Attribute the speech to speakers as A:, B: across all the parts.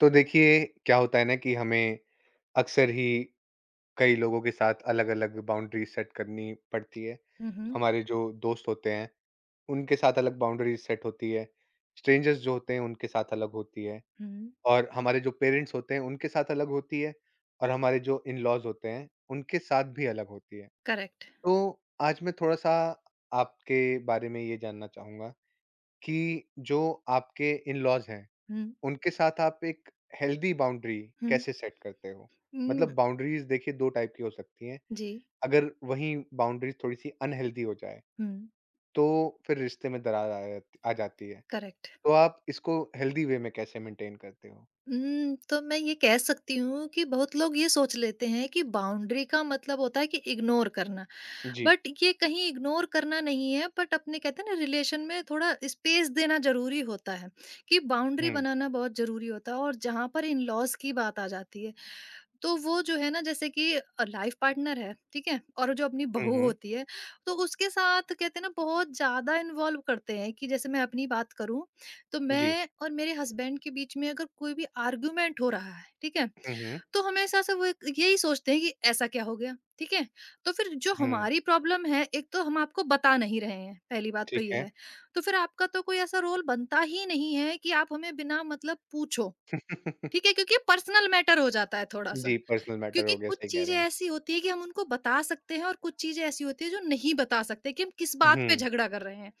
A: तो देखिए, क्या होता है ना कि हमें अक्सर ही कई लोगों के साथ अलग-अलग बाउंड्री सेट करनी पड़ती है।
B: हुँ,
A: हमारे जो दोस्त होते हैं, उनके साथ अलग बाउंड्री सेट होती है, स्ट्रेंजर्स जो होते हैं उनके साथ अलग होती है
B: हुँ,
A: और हमारे जो पेरेंट्स होते हैं उनके साथ अलग होती है और हमारे जो इन-लॉज़ होते हैं, उनके साथ भी अलग होती है।
B: करेक्ट।
A: तो आज मैं थोड़ा-सा आपके बारे में ये जानना चाहूँगा कि जो आपके इन-लॉज़ हैं
B: हुँ,
A: उनके साथ आप एक हेल्दी बाउंड्री
B: हुँ,
A: कैसे सेट करते हो?
B: हुँ,
A: मतलब बाउंड्रीज देखिए 2 टाइप की हो सकती हैं।
B: जी,
A: अगर वहीं बाउंड्रीज थोड़ी-सी अनहेल्दी हो जाए,
B: हुँ,
A: तो फिर रिश्ते में दरार आ जाती है।
B: करेक्ट।
A: तो आप इसको हेल्दी वे में कैसे मेंटेन करते हो?
B: तो मैं ये कह सकती हूँ कि बहुत लोग ये सोच लेते हैं कि बाउंड्री का मतलब होता है कि इग्नोर करना,
A: जी।
B: बट ये कहीं इग्नोर करना नहीं है, बट अपने कहते हैं ना रिलेशन में थोड़ा स्पेस देना ज़रूरी होता है, कि बाउंड्री
A: हुँ।
B: बनाना बहुत ज़रूरी होता है और जहाँ पर इन-लॉज़ की बात आ जाती है, तो वो जो है ना जैसे कि लाइफ पार्टनर है, ठीक है? और जो अपनी
A: हुँ,
B: बहू
A: हुँ।
B: होती है, तो उसके साथ कहते हैं ना बहुत ज़्यादा इन्वॉल्व करते हैं कि जैसे मैं अपनी बात करूँ, तो
A: जी।
B: मैं और मेरे हस्बैंड के बीच में अगर कोई भी आर्गुमेंट हो रहा है, ठीक है?
A: हुँ, हुँ।
B: तो हमेशा से वो एक यही सोचते हैं कि ऐसा क्या हो गया, ठीक है? तो फिर जो
A: हुँ,
B: हमारी प्रॉब्लम है, एक तो हम आपको बता नहीं रहे हैं, पहली बात तो
A: ठीक
B: ये
A: है।
B: है। तो फिर आपका तो कोई ऐसा रोल बनता ही नहीं है कि आप हमें बिना मतलब पूछो, ठीक है? क्योंकि पर्सनल मैटर हो जाता है थोड़ा-सा।
A: जी, पर्सनल मैटर
B: क्योंकि
A: हो गया,
B: कुछ
A: सही कह
B: चीज़ें
A: रहे हैं।
B: ऐसी होती है कि हम उनको बता सकते हैं और कुछ चीज़ें ऐसी होती है जो नहीं बता सकते कि हम किस बात पे
A: हुँ,
B: झगड़ा कर रहे हैं,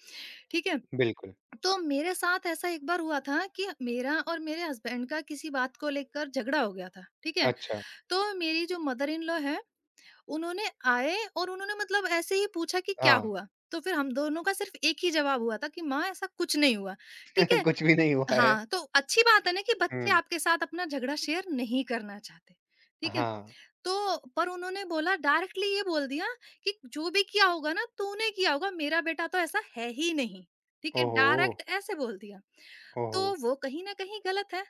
B: ठीक है?
A: बिल्कुल।
B: तो मेरे साथ ऐसा एक बार हुआ था कि मेरा और मेरे हस्बैंड का किसी बात को लेकर झगड़ा हो गया था, ठीक है?
A: अच्छा,
B: तो मेरी जो मदर इन लॉ है, उन्होंने आए और उन्होंने मतलब ऐसे ही पूछा कि क्या
A: हाँ।
B: हुआ? तो फिर हम दोनों का सिर्फ़ एक ही जवाब हुआ था कि माँ ऐसा कुछ नहीं हुआ, ठीक है?
A: कुछ भी नहीं हुआ है।
B: हाँ, तो अच्छी बात है ना कि बच्चे
A: हुँ,
B: आपके साथ अपना झगड़ा शेयर नहीं करना चाहते, ठीक है?
A: हाँ।
B: तो पर उन्होंने बोला डायरेक्टली ये बोल दिया कि जो भी किया होगा ना तूने किया होगा, मेरा बेटा तो ऐसा है ही नहीं, ठीक है?
A: ओहो!
B: डायरेक्ट ऐसे बोल दिया।
A: ओहो!
B: तो वो कहीं न कहीं गलत है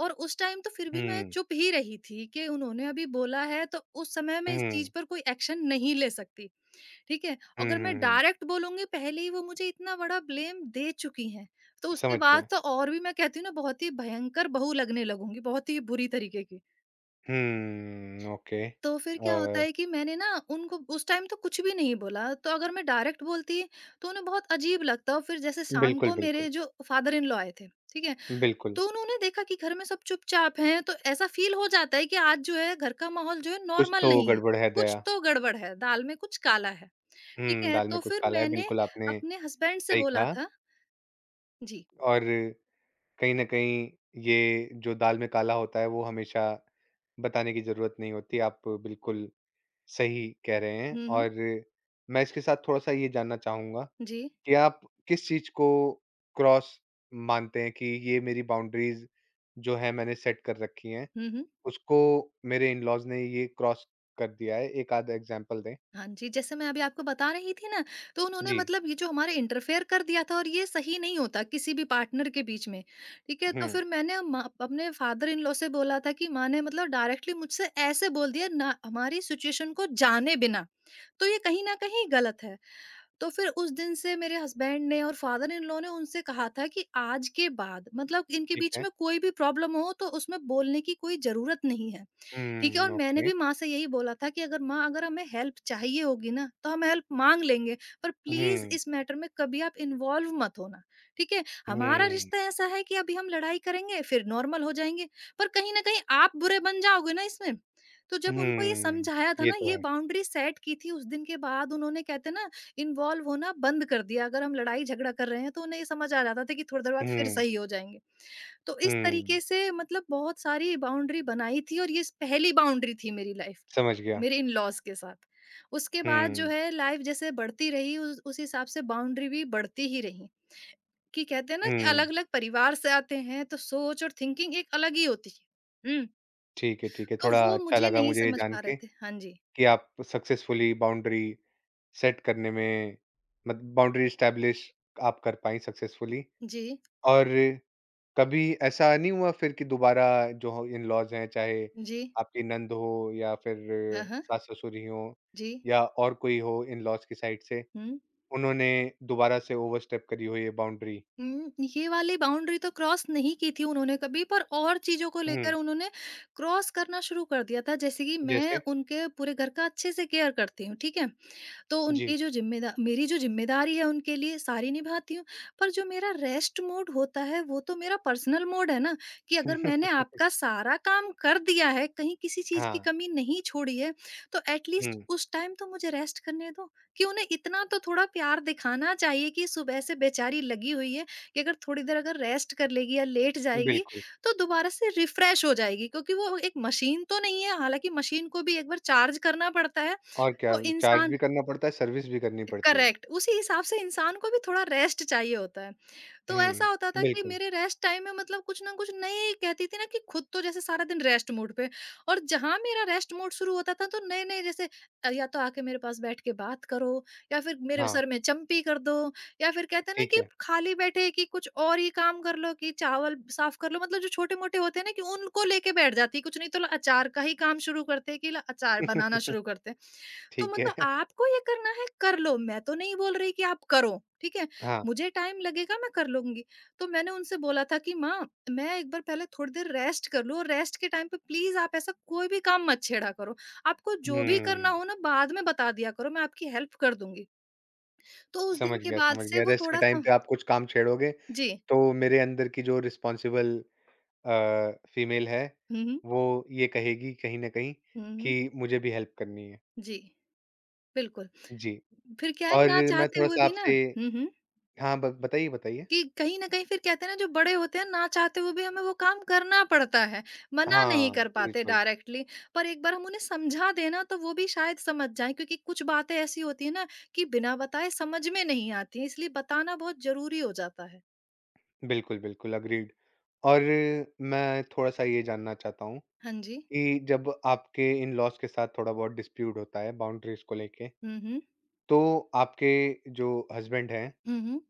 B: और उस टाइम तो फिर भी मैं
A: हुँ,
B: चुप ही रही थी कि उन्होंने अभी बोला है तो उस समय मैं इस चीज़
A: हुँ।
B: पर कोई एक्शन नहीं ले सकती। ठीक है?
A: हुँ,
B: अगर
A: हुँ,
B: मैं
A: हुँ।
B: डायरेक्ट बोलूँगी पहले ही वो मुझे इतना बड़ा ब्लेम दे चुकी हैं, तो उसके
A: समझ
B: बाद
A: गया।
B: तो और भी मैं कहती हूँ ना बहुत ही भयंकर बहू लगने लगूँगी, बहुत ही बुरी तरीके की।
A: हुँ, ओके।
B: तो फिर क्या होता
A: अ,
B: है कि मैंने ना उनको उस टाइम तो कुछ भी नहीं बोला, तो अगर मैं डायरेक्ट बोलती तो उन्हें बहुत अजीब लगता और फिर जैसे शाम
A: बिल्कुल,
B: को
A: बिल्कुल,
B: मेरे जो फादर इन लॉ आए थे, ठीक है?
A: बिल्कुल।
B: तो उन्होंने देखा कि घर में सब चुपचाप हैं, तो ऐसा फ़ील हो जाता है कि आज जो है घर का माहौल जो है
A: कुछ
B: नॉर्मल
A: तो
B: नहीं है,
A: गड़बड़ है
B: कुछ
A: दया।
B: तो गड़बड़ है, दाल में कुछ काला है। ठीक
A: हुँ,
B: है,
A: दाल में
B: तो
A: कुछ
B: फिर
A: काला है,
B: मैंने
A: बिल्कुल आपने
B: अपने हस्बैंड से
A: सही
B: बोला
A: कहा।
B: था। जी।
A: और कहीं न कहीं ये जो दाल में काला होता है, वो हमेशा बताने की ज़रूरत नहीं होती। आप बिल्कुल सही कह रहे हैं
B: हुँ, हुँ।
A: और मैं इसके साथ थोड़ा-सा ये जानना चाहूँगा
B: जी।
A: कि आप किस चीज़ को क्रॉस मानते हैं कि ये मेरी बाउंड्रीज़ जो हैं मैंने सेट कर रखी हैं?
B: हुँ, हुँ।
A: उसको मेरे इन-लॉज़ ने ये क्रॉस कर दिया है, एक आध एग्ज़ाम्पल दें?
B: हाँ जी, जैसे मैं अभी आपको बता रही थी ना, तो उन्होंने
A: जी।
B: मतलब ये जो हमारे इंटरफेयर कर दिया था और ये सही नहीं होता किसी भी पार्टनर के बीच में, ठीक है?
A: हुँ,
B: तो फिर मैंने मा अपने फादर इन लॉ से बोला था कि माँ ने मतलब डायरेक्टली मुझसे ऐसे बोल दिया ना हमारी सिचुएशन को जाने बिना, तो ये कहीं न कहीं गलत है। तो फिर उस दिन से मेरे हस्बैंड ने और फादर इन लॉ ने उनसे कहा था कि आज के बाद मतलब इनके
A: ठीक
B: बीच
A: है।
B: में कोई भी प्रॉब्लम हो तो उसमें बोलने की कोई ज़रूरत नहीं है। ठीक है,
A: हुँ,
B: और मैंने
A: ओके।
B: भी माँ से यही बोला था कि अगर माँ अगर हमें हेल्प चाहिए होगी ना, तो हम हेल्प माँग लेंगे, पर प्लीज़
A: हुँ,
B: इस मैटर में कभी आप इन्वॉल्व मत होना, ठीक है? हमारा
A: हुँ,
B: रिश्ता ऐसा है कि अभी हम लड़ाई करेंगे, फिर नॉर्मल हो जाएँगे, पर कहीं न कहीं आप बुरे बन जाओगे ना इसमें। तो जब उनको ये
A: हुँ,
B: समझाया था
A: ये
B: ना,
A: तो
B: ये
A: है।
B: बाउंड्री सेट की थी, उस दिन के बाद उन्होंने कहते हैं ना, इन्वॉल्व होना बंद कर दिया। अगर हम लड़ाई-झगड़ा कर रहे हैं, तो उन्हें ये समझ आ जाता था कि थोड़ी देर बाद फिर
A: हुँ,
B: सही हो जाएँगे। तो इस
A: हुँ,
B: तरीके से मतलब बहुत सारी बाउंड्री बनाई थी और ये इस पहली बाउंड्री थी मेरी लाइफ की,
A: समझ गया।
B: मेरे इन-लॉज़ के साथ। उसके बाद जो
A: हुँ,
B: है लाइफ जैसे बढ़ती रही उस हिसाब से बाउंड्री भी बढ़ती ही रही, कि कहते हैं ना कि
A: हुँ,
B: अलग-अलग परिवार से आते हैं तो सोच और थिंकिंग एक अलग ही होती है। हुँ,
A: ठीक है, ठीक है।
B: तो
A: थोड़ा
B: वो
A: अच्छा
B: मुझे
A: लगा
B: नहीं
A: मुझे ये
B: समझ
A: जान
B: पा रहे
A: के
B: थे। हाँ जी।
A: कि आप सक्सेसफुली बाउंड्री सेट करने में मत बाउंड्री एस्टैब्लिश आप कर पाईं सक्सेसफुली।
B: जी,
A: और कभी ऐसा नहीं हुआ फिर कि दोबारा जो हो इन-लॉज़ हैं, चाहे
B: जी।
A: आपकी नंद हो या फिर
B: हाँ, हाँ।
A: सास-ससुर ही हों
B: जी।
A: या और कोई हो इन-लॉज़ की साइड से,
B: हुँ।
A: उन्होंने दोबारा से ओवरस्टेप करी हो ये बाउंड्री?
B: हुँ, ये वाली बाउंड्री तो क्रॉस नहीं की थी उन्होंने कभी पर और चीज़ों को लेकर
A: हुँ,
B: उन्होंने क्रॉस करना शुरू कर दिया था। जैसे कि मैं
A: जैसे?
B: उनके पूरे घर का अच्छे से केयर करती हूँ, ठीक है? तो
A: जी।
B: उनकी जो ज़िम्मेदा मेरी जो ज़िम्मेदारी है उनके लिए सारी निभाती हूँ, पर जो मेरा रेस्ट मोड होता है वो तो मेरा पर्सनल मोड है ना, कि अगर मैंने आपका सारा काम कर दिया है, कहीं किसी चीज़ की
A: हाँ,
B: कमी नहीं छोड़ी है, तो एट
A: हुँ,
B: लीस्ट उस टाइम तो मुझे रेस्ट करने दो, कि उन्हें इतना तो थोड़ा प्यार दिखाना चाहिए कि सुबह से बेचारी लगी हुई है कि अगर थोड़ी देर अगर रेस्ट कर लेगी या लेट जाएगी,
A: बिल्कुल।
B: तो दोबारा से रिफ्रेश हो जाएगी क्योंकि वो एक मशीन तो नहीं है, हालाँकि मशीन को भी एक बार चार्ज करना पड़ता है,
A: और क्या
B: तो
A: चार्ज
B: इंसान
A: भी करना पड़ता है, सर्विस भी करनी पड़ती है।
B: करेक्ट उसी हिसाब से इंसान को भी थोड़ा रेस्ट चाहिए होता है। तो ऐसा
A: हुँ,
B: होता था कि
A: बिल्कुल।
B: मेरे रेस्ट टाइम में मतलब कुछ ना कुछ नए कहती थी ना कि खुद तो जैसे सारा दिन रेस्ट मोड पे और जहां मेरा रेस्ट मोड शुरू होता था तो नए नए जैसे या तो आके मेरे पास बैठ के बात करो या फिर मेरे
A: हाँ,
B: सर में चंपी कर दो या फिर कहते हैं ना
A: ठीक
B: कि
A: है।
B: खाली बैठे कि कुछ और ही काम कर लो कि चावल साफ कर लो मतलब जो छोटे मोटे होते हैं ना कि उनको लेके बैठ जाती कुछ नहीं तो ला अचार का ही काम शुरू करते कि ला अचार बनाना शुरू करते। तो
A: ठीक
B: मतलब
A: है।
B: आपको ये करना है कर लो मैं तो नहीं बोल रही कि आप करो, ठीक है,
A: हाँ,
B: मुझे टाइम लगेगा, मैं कर लूँगी। तो मैंने उनसे बोला था कि माँ, मैं एक बार पहले थोड़ी देर रेस्ट कर लूँ और रेस्ट के टाइम पे प्लीज़ आप ऐसा कोई भी काम मत छेड़ा करो। आपको जो भी करना
A: हुँ।
B: हो ना बाद में बता दिया करो, मैं आपकी हेल्प कर दूँगी। तो उस दिन
A: समझ
B: के
A: गया,
B: बाद
A: समझ
B: से
A: गया।
B: वो
A: रेस्ट के टाइम
B: थोड़ा-सा।
A: पे आप कुछ काम छेड़ोगे,
B: जी।
A: तो मेरे अंदर की जो रिस्पॉन्सिबल फीमेल है,
B: हुँ, हुँ।
A: वो ये कहेगी कहीं न कहीं
B: हुँ,
A: कि
B: हुँ।
A: मुझे भी हेल्प करनी है।
B: जी, बिल्कुल।
A: जी,
B: फिर क्या है
A: और
B: ना
A: मैं
B: चाहते हुए
A: थोड़ा-सा
B: भी ना।
A: आपसे
B: हुँ, हुँ।
A: हाँ, ब बताइए, बताइए।
B: कि कहीं न कहीं फिर कहते हैं ना जो बड़े होते हैं, ना चाहते हुए भी हमें वो काम करना पड़ता है। मना नहीं
A: हाँ,
B: कर पाते
A: बिल्कुल।
B: डायरेक्टली, पर एक बार हम उन्हें समझा दें ना तो वो भी शायद समझ जाएँ क्योंकि कुछ बातें ऐसी होती हैं ना कि बिना बताए समझ में नहीं आती हैं, इसलिए बताना बहुत ज़रूरी हो जाता है।
A: बिल्कुल, बिल्कुल, एग्रीड। और मैं थोड़ा-सा ये जानना चाहता हूँ
B: हाँ जी।
A: कि जब आपके इन-लॉज़ के साथ थोड़ा बहुत डिस्प्यूट होता है बाउंड्रीज़ को लेके,
B: हुँ, हुँ।
A: तो आपके जो हस्बैंड हैं
B: हुँ, हुँ।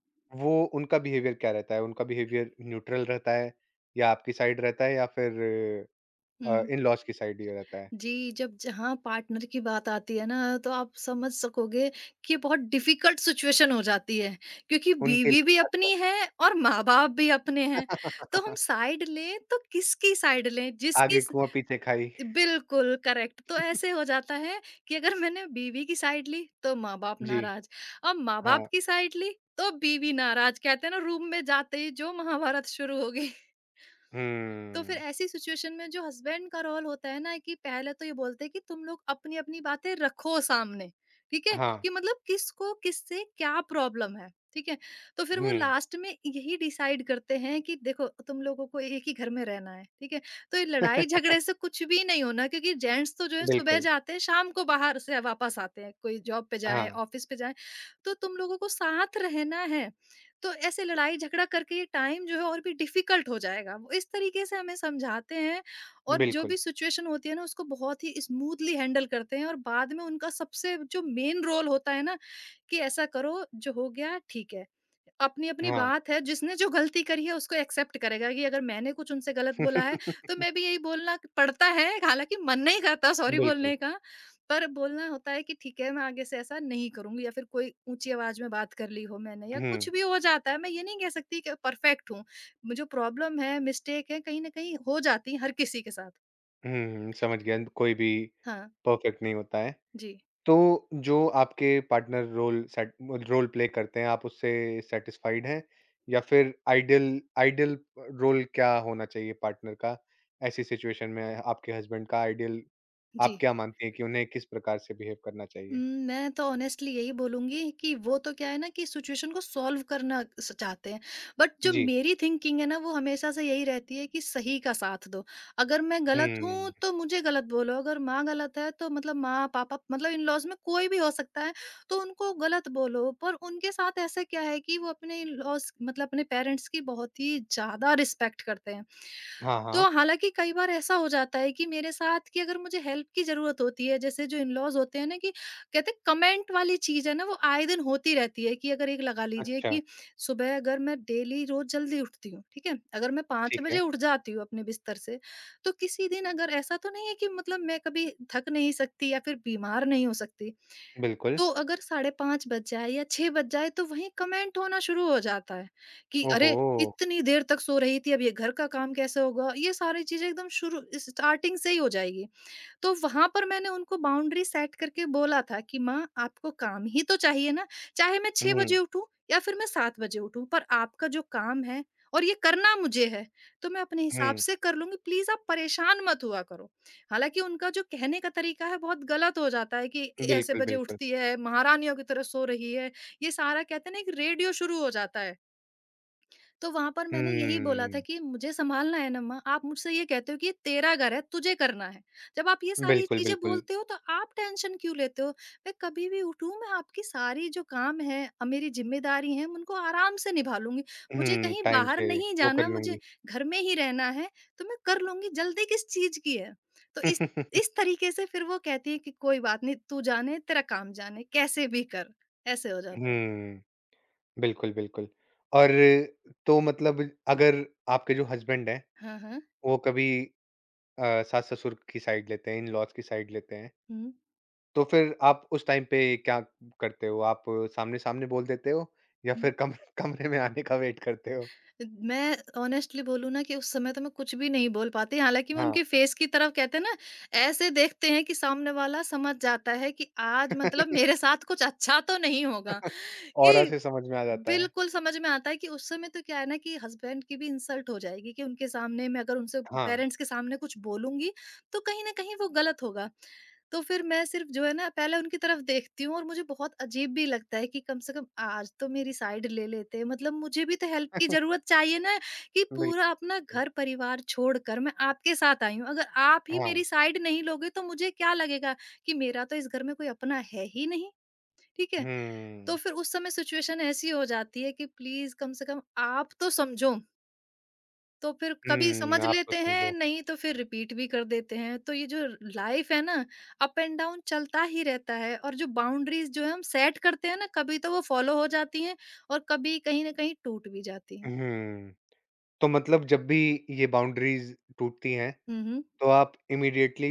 A: वो उनका बिहेवियर क्या रहता है? उनका बिहेवियर न्यूट्रल रहता है या आपकी साइड रहता है या फिर
B: हुँ।
A: इन-लॉज़ की साइड ये रहता है?
B: जी, जब जहाँ पार्टनर की बात आती है ना, तो आप समझ सकोगे कि बहुत डिफ़िकल्ट सिचुएशन हो जाती है, क्योंकि
A: उनके
B: बीवी भी
A: लिए खासकर।
B: अपनी है और माँ-बाप भी अपने हैं। तो हम साइड लें, तो किसकी साइड लें?
A: आगे
B: जिसकी स
A: कुआँ पीछे खाई।
B: बिल्कुल करेक्ट। तो ऐसे हो जाता है कि अगर मैंने बीवी की साइड ली, तो माँ-बाप
A: जी,
B: नाराज़ और माँ-बाप
A: हाँ।
B: की साइड ली, तो बीवी नाराज़। कहते हैं ना, रूम में जाते ही जो महाभारत शुरू हो गई। तो फिर
A: हुँ।
B: ऐसी सिचुएशन में जो हस्बैंड का रोल होता है ना कि पहले तो ये बोलते हैं कि तुम लोग अपनी-अपनी बातें रखो सामने, ठीक है?
A: हाँ,
B: कि मतलब किसको किससे क्या प्रॉब्लम है, ठीक है? तो फिर वो
A: हुँ।
B: लास्ट में यही डिसाइड करते हैं कि देखो तुम लोगों को एक ही घर में रहना है, ठीक है? तो ये लड़ाई झगड़े से कुछ भी नहीं होना, क्योंकि जेंट्स तो जो है सुबह
A: बिल्कुल,
B: जाते हैं, शाम को बाहर से वापस आते हैं, कोई जॉब पे जाए,
A: हाँ,
B: ऑफिस पे जाए। तो तुम लोगों को साथ रहना है। तो ऐसे लड़ाई झगड़ा करके ये टाइम जो है और भी डिफिकल्ट हो जाएगा। वो इस तरीके से हमें समझाते हैं, और जो
A: बिल्कुल,
B: भी सिचुएशन होती है ना, उसको बहुत ही स्मूथली हैंडल करते हैं। और बाद में उनका सबसे जो मेन रोल होता है ना, कि ऐसा करो, जो हो गया ठीक है। अपनी-अपनी
A: हाँ।
B: बात है, जिसने जो गलती करी है उसको एक्सेप्ट करेगा कि अगर मैंने कुछ उनसे गलत बोला है, तो मैं भी यही बोलना पड़ता है, हालाँकि मन नहीं करता सॉरी
A: बिल्कुल,
B: बोलने का। पर बोलना होता है कि ठीक है, मैं आगे से ऐसा नहीं करूँगी, या फिर कोई ऊँची आवाज़ में बात कर ली हो मैंने, या कुछ
A: हुँ,
B: भी हो जाता है। मैं ये नहीं कह सकती कि परफ़ेक्ट हूँ। जो प्रॉब्लम है, मिस्टेक है, कहीं न कहीं हो जाती है हर किसी के साथ।
A: हुँ, हुँ, समझ गया, कोई भी
B: हाँ,
A: परफेक्ट नहीं होता है।
B: जी।
A: तो जो आपके पार्टनर रोल प्ले करते हैं, आप उससे सैटिस्फाइड हैं? या फिर आइडियल आइडियल रोल क्या होना चाहिए पार्टनर का ऐसी सिचुएशन में आपके हस्बैंड का आइडियल
B: जी।
A: आप क्या मानती हैं कि उन्हें किस प्रकार से बिहेव करना
B: उम,
A: चाहिए?
B: मैं तो ऑनेस्टली यही बोलूँगी कि वो तो क्या है ना, कि सिचुएशन को सॉल्व करना स चाहते हैं। बट जो
A: जी।
B: मेरी थिंकिंग है ना, वो हमेशा से यही रहती है कि सही का साथ दो। अगर मैं गलत हूँ
A: हुँ।
B: तो मुझे गलत बोलो, अगर माँ गलत है, तो मतलब माँ-पापा, मतलब इन-लॉज़ में कोई भी हो सकता है, तो उनको गलत बोलो। पर उनके साथ ऐसा क्या है कि वो अपने इन-लॉज़, मतलब अपने पेरेंट्स की बहुत ही ज़्यादा रिस्पेक्ट करते हैं।
A: हाँ, हाँ।
B: तो हालाँकि कई बार ऐसा हो जाता है कि मेरे साथ, कि अगर मुझे हेल्प की ज़रूरत होती है, जैसे जो इन-लॉज़ होते हैं ना, कि कहते हैं कमेंट वाली चीज है ना, वो आए दिन होती रहती है। कि अगर एक लगा लीजिए
A: अच्छा,
B: कि सुबह अगर मैं डेली रोज जल्दी उठती हूँ, ठीक है? अगर मैं पांच
A: ठीक है।
B: बजे उठ जाती हूँ अपने बिस्तर से, तो किसी दिन अगर, ऐसा तो नहीं है कि मतलब मैं कभी थक नहीं सकती या फिर बीमार नहीं हो सकती।
A: बिल्कुल।
B: तो अगर 5:30 बज जाए या 6 बज जाए, तो वहीं कमेंट होना शुरू हो जाता है कि अरे,
A: ओहो!
B: इतनी देर तक सो रही थी, अब ये घर का काम कैसे होगा, ये सारी चीजें एकदम शुरू, स्टार्टिंग से ही हो जाएगी। तो वहाँ पर मैंने उनको बाउंड्री सेट करके बोला था कि माँ, आपको काम ही तो चाहिए ना, चाहे मैं 6
A: हुँ,
B: बजे उठूँ या फिर मैं 7 बजे उठूँ, पर आपका जो काम है और ये करना मुझे है, तो मैं अपने हिसाब
A: हुँ।
B: से कर लूँगी, प्लीज़ आप परेशान मत हुआ करो। हालाँकि उनका जो कहने का तरीका है, बहुत गलत हो जाता है कि ऐसे
A: बिल्कुल,
B: बजे
A: बिल्कुल।
B: उठती है, महारानियों की तरह सो रही है, ये सारा, कहते हैं ना, एक रेडियो शुरू हो जाता है। तो वहाँ पर मैंने यही बोला था
A: हुँ।
B: कि मुझे सँभालना है ना माँ, आप मुझसे ये कहते हो कि ये तेरा घर है, तुझे करना है। जब आप ये सारी
A: बिल्कुल,
B: चीज़ें
A: बिल्कुल।
B: बोलते हो, तो आप टेंशन क्यों लेते हो? मैं कभी भी उठूँ, मैं आपकी सारी जो काम है मेरी ज़िम्मेदारी है, मैं उनको आराम से निभा लूँगी। मुझे
A: हुँ,
B: कहीं
A: टाइम
B: बाहर
A: से
B: नहीं
A: वो कर
B: जाना,
A: लूँगी।
B: मुझे घर में ही रहना है, तो मैं कर लूँगी, जल्दी किस चीज़ की है? तो इस तरीके से फिर वो कहती है कि कोई बात नहीं, तू जाने, तेरा काम जाने, कैसे भी कर। ऐसे हो जाता है।
A: हुँ। बिल्कुल, बिल्कुल। और तो मतलब अगर आपके जो हस्बैंड हैं,
B: हाँ, हाँ।
A: वो कभी सास-ससुर की साइड लेते हैं, इन-लॉज़ की साइड लेते हैं,
B: हुँ।
A: तो फिर आप उस टाइम पे क्या करते हो? आप सामने-सामने बोल देते हो या फिर
B: हुँ।
A: कम कमरे में आने का वेट करते हो?
B: मैं ऑनेस्टली बोलूँ ना, कि उस समय तो मैं कुछ भी नहीं बोल पाती, हालाँकि मैं
A: हाँ,
B: उनके फेस की तरफ, कहते हैं ना, ऐसे देखते हैं कि सामने वाला समझ जाता है कि आज मतलब मेरे साथ कुछ अच्छा तो नहीं होगा।
A: ऑरा
B: कि
A: से समझ में आ जाता है।
B: बिल्कुल, समझ में आता है कि उस समय तो क्या है ना, कि हस्बैंड की भी इंसल्ट हो जाएगी कि उनके सामने, मैं अगर उनसे
A: हाँ,
B: पेरेंट्स के सामने कुछ बोलूँगी, तो कहीं न कहीं वो गलत होगा। तो फिर मैं सिर्फ़ जो है ना, पहले उनकी तरफ देखती हूँ, और मुझे बहुत अजीब भी लगता है कि कम से कम आज तो मेरी साइड ले लेते हैं। मतलब मुझे भी तो हेल्प की ज़रूरत चाहिए ना, कि
A: बिल्कुल,
B: पूरा अपना घर-परिवार छोड़कर मैं आपके साथ आई हूँ। अगर आप ही
A: हाँ।
B: मेरी साइड नहीं लोगे, तो मुझे क्या लगेगा कि मेरा तो इस घर में कोई अपना है ही नहीं, ठीक है? तो
A: हुँ,
B: फिर उस समय सिचुएशन ऐसी हो जाती है कि प्लीज, कम से कम आप तो समझो। तो फिर कभी समझ
A: हुँ, आपको
B: लेते हैं,
A: समझो।
B: नहीं तो फिर रिपीट भी कर देते हैं। तो ये जो लाइफ है ना, अप एंड डाउन चलता ही रहता है, और जो बाउंड्रीज जो है हम सेट करते हैं ना, कभी तो वो फॉलो हो जाती हैं, और कभी कहीं न कहीं टूट भी जाती हैं।
A: हुँ, तो मतलब जब भी ये बाउंड्रीज़ टूटती हैं
B: हुँ, हुँ।
A: तो आप इमीडिएटली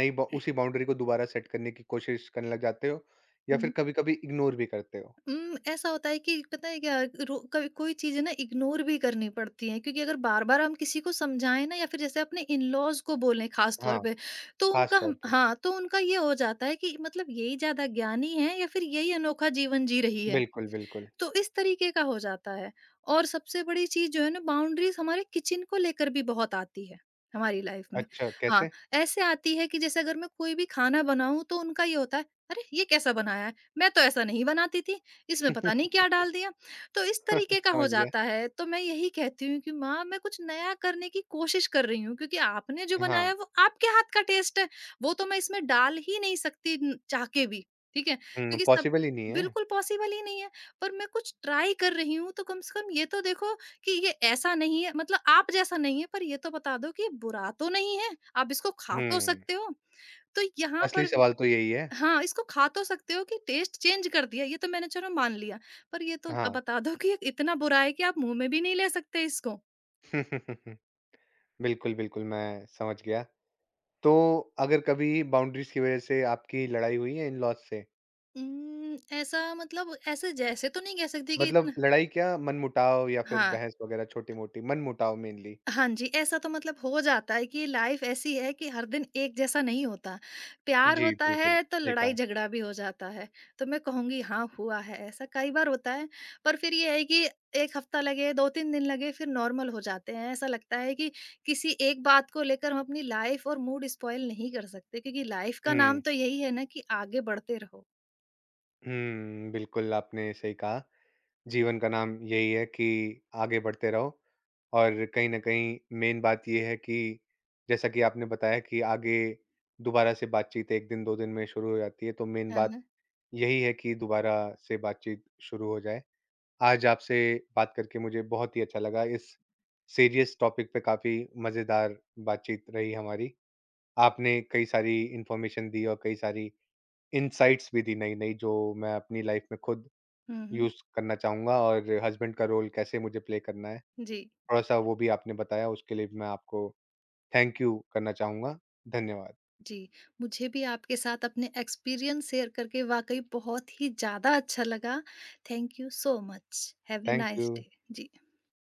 A: नई बा उसी बाउंड्री को दोबारा सेट करने की कोशिश करने लग जाते हो या फिर कभी-कभी इग्नोर भी करते हो?
B: ऐसा होता है कि, पता है क्या, रो कभी कोई चीज़ें ना इग्नोर भी करनी पड़ती हैं, क्योंकि अगर बार-बार हम किसी को समझाएँ ना, या फिर जैसे अपने इन-लॉज़ को बोलें ख़ास
A: हाँ,
B: तौर पे, तो
A: खास
B: उनका
A: तौर
B: हम
A: पे।
B: हाँ, तो उनका ये हो जाता है कि, मतलब यही ज़्यादा ज्ञानी है, या फिर यही अनोखा जीवन जी रही है।
A: बिल्कुल, बिल्कुल।
B: तो इस तरीके का हो जाता है। और सबसे बड़ी चीज़ जो है ना, बाउंड्रीज़ हमारे किचन को लेकर भी बहुत आती है हमारी लाइफ में।
A: अच्छा,
B: हाँ,
A: कैसे?
B: ऐसे आती है कि, जैसे अगर मैं कोई भी खाना बनाऊँ, तो उनका ये होता है, "अरे! ये कैसा बनाया है? मैं तो ऐसा नहीं बनाती थी, इसमें पता नहीं क्या डाल दिया।" तो इस तरीके का
A: समझ
B: हो
A: गया।
B: जाता है। तो मैं यही कहती हूँ कि माँ, मैं कुछ नया करने की कोशिश कर रही हूँ, क्योंकि आपने जो
A: हाँ।
B: बनाया, वो आपके हाथ का टेस्ट है, वो तो मैं इसमें डाल ही नहीं सकती, न चाह के भी, ठीक है?
A: हुँ,
B: क्योंकि सब,
A: पॉसिबल ही नहीं है।
B: बिल्कुल पॉसिबल ही नहीं है। पर मैं कुछ ट्राई कर रही हूँ, तो कम से कम ये तो देखो कि ये ऐसा नहीं है, मतलब आप जैसा नहीं है, पर ये तो बता दो कि ये बुरा तो नहीं है, आप इसको खा तो
A: हुँ,
B: सकते हो। तो यहाँ
A: असली
B: पर भी,
A: सवाल तो यही है।
B: हाँ, इसको खा तो सकते हो, कि टेस्ट चेंज कर दिया, ये तो मैंने चलो मान लिया। पर ये तो
A: हाँ।
B: बता दो कि ये इतना बुरा है कि आप मुँह में भी नहीं ले सकते इसको।
A: बिल्कुल, बिल्कुल, मैं समझ गया। तो अगर कभी बाउंड्रीज़ की वज़ह से आपकी लड़ाई हुई है इन-लॉज़ से?
B: ऐसा, मतलब ऐसे जैसे तो नहीं कह सकती कि
A: मतलब
B: इतना।
A: लड़ाई क्या मनमुटाव या फिर
B: हाँ।
A: बहस वग़ैरह छोटी-मोटी, मनमुटाव मेनली।
B: हाँ जी, ऐसा तो मतलब हो जाता है कि लाइफ ऐसी है कि हर दिन एक जैसा नहीं होता। प्यार
A: जी,
B: होता
A: बिल्कुल,
B: है तो
A: सही कहा।
B: लड़ाई-झगड़ा भी हो जाता है। तो मैं कहूँगी, हाँ, हुआ है, ऐसा कई बार होता है। पर फिर ये है कि 1 हफ्ता लगे, 2-3 दिन लगे, फिर नॉर्मल हो जाते हैं। ऐसा लगता है कि किसी एक बात को लेकर हम अपनी लाइफ और मूड स्पॉइल नहीं कर सकते, क्योंकि लाइफ का
A: हुँ।
B: नाम तो यही है ना, कि आगे बढ़ते रहो।
A: हुँ, बिल्कुल आपने सही कहा। जीवन का नाम यही है कि आगे बढ़ते रहो और कहीं न कहीं मेन बात ये है कि जैसा कि आपने बताया कि आगे दोबारा से बातचीत 1 दिन 2 दिन में शुरू हो जाती है, तो मेन
B: हाँ,
A: बात
B: हाँ।
A: यही है कि दोबारा से बातचीत शुरू हो जाए। आज आपसे बात करके मुझे बहुत ही अच्छा लगा। इस सीरियस टॉपिक पे काफ़ी मज़ेदार बातचीत रही हमारी। आपने कई सारी इन्फॉर्मेशन दी और कई सारी इनसाइट्स भी दी नई-नई, जो मैं अपनी लाइफ में खुद
B: हुँ, हुँ।
A: यूज़ करना चाहूँगा और हस्बैंड का रोल कैसे मुझे प्ले करना है,
B: जी।
A: थोड़ा-सा वो भी आपने बताया। उसके लिए भी मैं आपको थैंक यू करना चाहूँगा। धन्यवाद।
B: जी, मुझे भी आपके साथ अपने एक्सपीरियंस शेयर करके वाक़ई बहुत ही ज़्यादा अच्छा लगा। Thank you so much. Have a
A: thank you.
B: Nice day. Ji.